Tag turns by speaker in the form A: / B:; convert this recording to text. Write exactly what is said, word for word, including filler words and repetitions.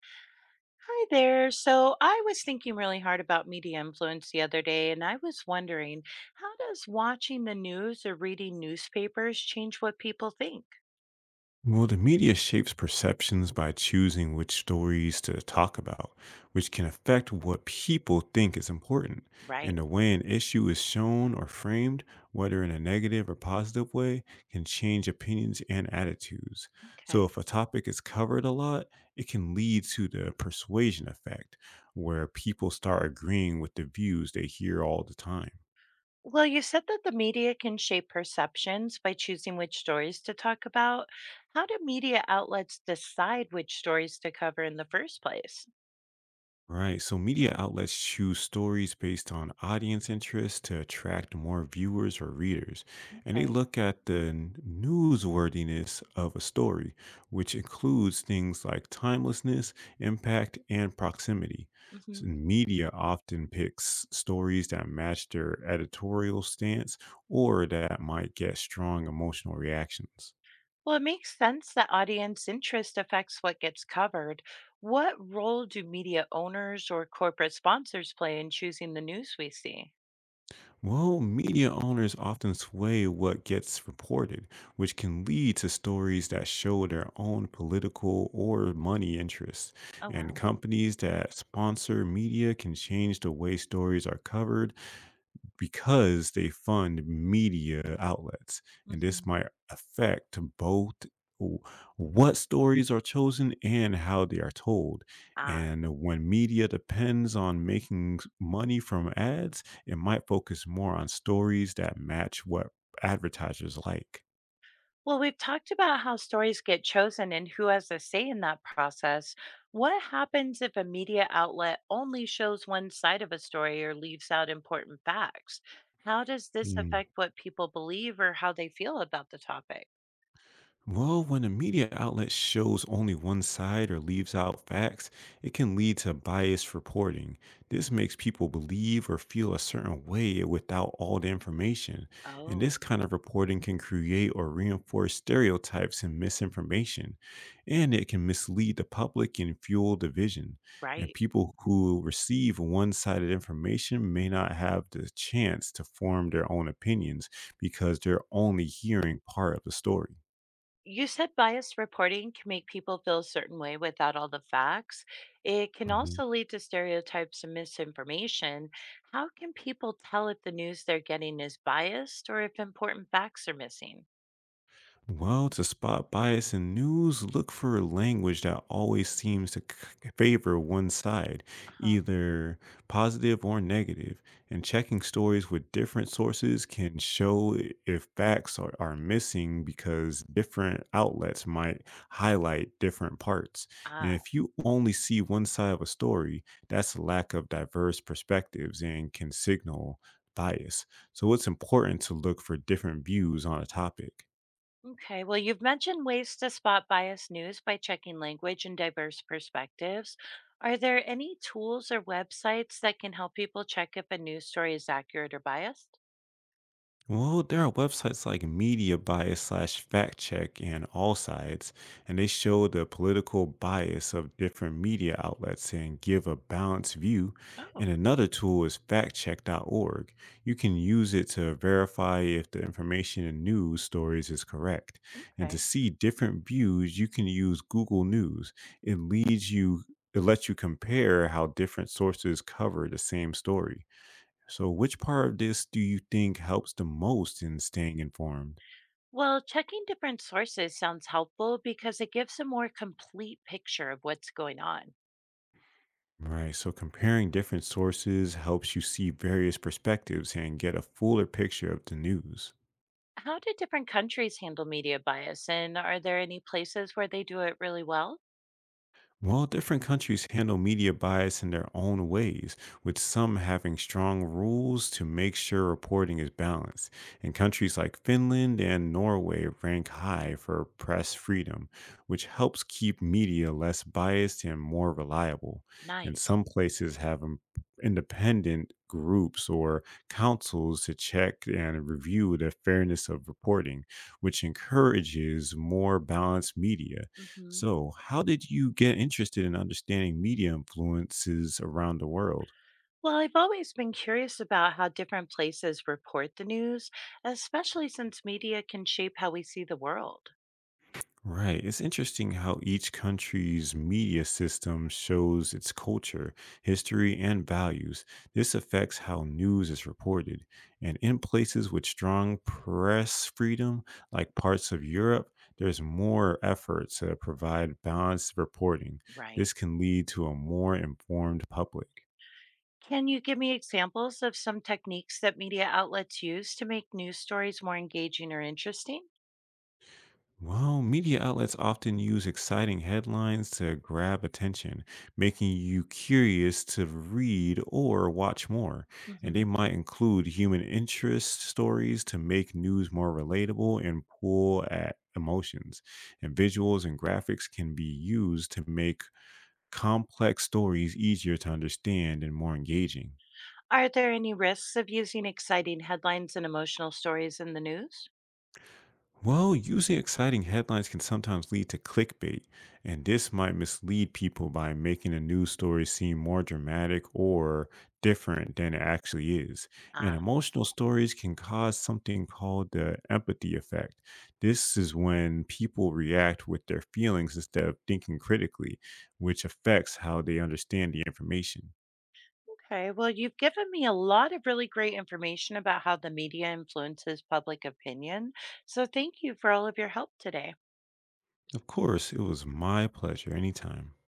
A: Hi there. So I was thinking really hard about media influence the other day, and I was wondering, how does watching the news or reading newspapers change what people think?
B: Well, the media shapes perceptions by choosing which stories to talk about, which can affect what people think is important.
A: Right.
B: And the way an issue is shown or framed, whether in a negative or positive way, can change opinions and attitudes. So,
A: Okay.
B: if a topic is covered a lot, it can lead to the persuasion effect, where people start agreeing with the views they hear all the time.
A: Well, you said that the media can shape perceptions by choosing which stories to talk about. How do media outlets decide which stories to cover in the first place?
B: Right. So media outlets choose stories based on audience interest to attract more viewers or readers. And they
A: Okay.
B: look at the n- newsworthiness of a story, which includes things like timelessness, impact, and proximity. So
A: Mhm.
B: media often picks stories that match their editorial stance or that might get strong emotional reactions.
A: Well, it makes sense that audience interest affects what gets covered. What role do media owners or corporate sponsors play in choosing the news we see?
B: Well, media owners often sway what gets reported, which can lead to stories that show their own political or money interests.
A: Oh,
B: And
A: wow.
B: companies that sponsor media can change the way stories are covered because they fund media outlets, and this
A: Hmm.
B: might affect both w- what stories are chosen and how they are told.
A: Ah,
B: And when media depends on making s- money from ads, it might focus more on stories that match what advertisers like.
A: well, we've talked about how stories get chosen and who has a say in that process. What happens if a media outlet only shows one side of a story or leaves out important facts? How does this affect what people believe or how they feel about the topic?
B: Well, when a media outlet shows only one side or leaves out facts, it can lead to biased reporting. This makes people believe or feel a certain way without all the information. And
A: Oh,
B: this kind of reporting can create or reinforce stereotypes and misinformation. And it can mislead the public and fuel division. And
A: right.
B: people who receive one sided information may not have the chance to form their own opinions because they're only hearing part of the story.
A: You said biased reporting can make people feel a certain way without all the facts. It can
B: Mhm.
A: also lead to stereotypes and misinformation. How can people tell if the news they're getting is biased or if important facts are missing?
B: Well, to spot bias in news, look for language that always seems to c- favor one side,
A: Uh-huh.
B: either positive or negative, and checking stories with different sources can show i- if facts are, are missing because different outlets might highlight different parts. And
A: Ah,
B: if you only see one side of a story, that's a lack of diverse perspectives and can signal bias. So it's important to look for different views on a topic.
A: okay. Well, you've mentioned ways to spot biased news by checking language and diverse perspectives. Are there any tools or websites that can help people check if a news story is accurate or biased?
B: Well, there are websites like Media Bias slash Fact Check and All Sides, and they show the political bias of different media outlets and give a balanced view.
A: Oh,
B: And another tool is factcheck dot org. You can use it to verify if the information in news stories is correct. And to
A: okay.
B: see different views, you can use Google News. It leads you it lets you compare how different sources cover the same story. So, which part of this do you think helps the most in staying informed?
A: Well, checking different sources sounds helpful because it gives a more complete picture of what's going on.
B: Right. So, comparing different sources helps you see various perspectives and get a fuller picture of the news.
A: How do different countries handle media bias, and are there any places where they do it really well?
B: Well, different countries handle media bias in their own ways, with some having strong rules to make sure reporting is balanced. And countries like Finland and Norway rank high for press freedom, which helps keep media less biased and more reliable. And
A: Nice.
B: some places have im- independent groups or councils to check and review the fairness of reporting, which encourages more balanced media.
A: Hmm.
B: So, how did you get interested in understanding media influences around the world?
A: Well, I've always been curious about how different places report the news, especially since media can shape how we see the world.
B: Right. It's interesting how each country's media system shows its culture, history, and values. This affects how news is reported. And in places with strong press freedom, like parts of Europe, there's more effort to provide balanced reporting.
A: Right.
B: This can lead to a more informed public.
A: Can you give me examples of some techniques that media outlets use to make news stories more engaging or interesting?
B: Well, media outlets often use exciting headlines to grab attention, making you curious to read or watch more. And
A: Hmm.
B: they might include human interest stories to make news more relatable and pull at emotions. And visuals and graphics can be used to make complex stories easier to understand and more engaging.
A: Are there any risks of using exciting headlines and emotional stories in the news?
B: Well, usually exciting headlines can sometimes lead to clickbait, and this might mislead people by making a news story seem more dramatic or different than it actually is. And
A: Ah,
B: emotional stories can cause something called the empathy effect. This is when people react with their feelings instead of thinking critically, which affects how they understand the information.
A: okay, well, you've given me a lot of really great information about how the media influences public opinion. So thank you for all of your help today.
B: Of course, it was my pleasure anytime.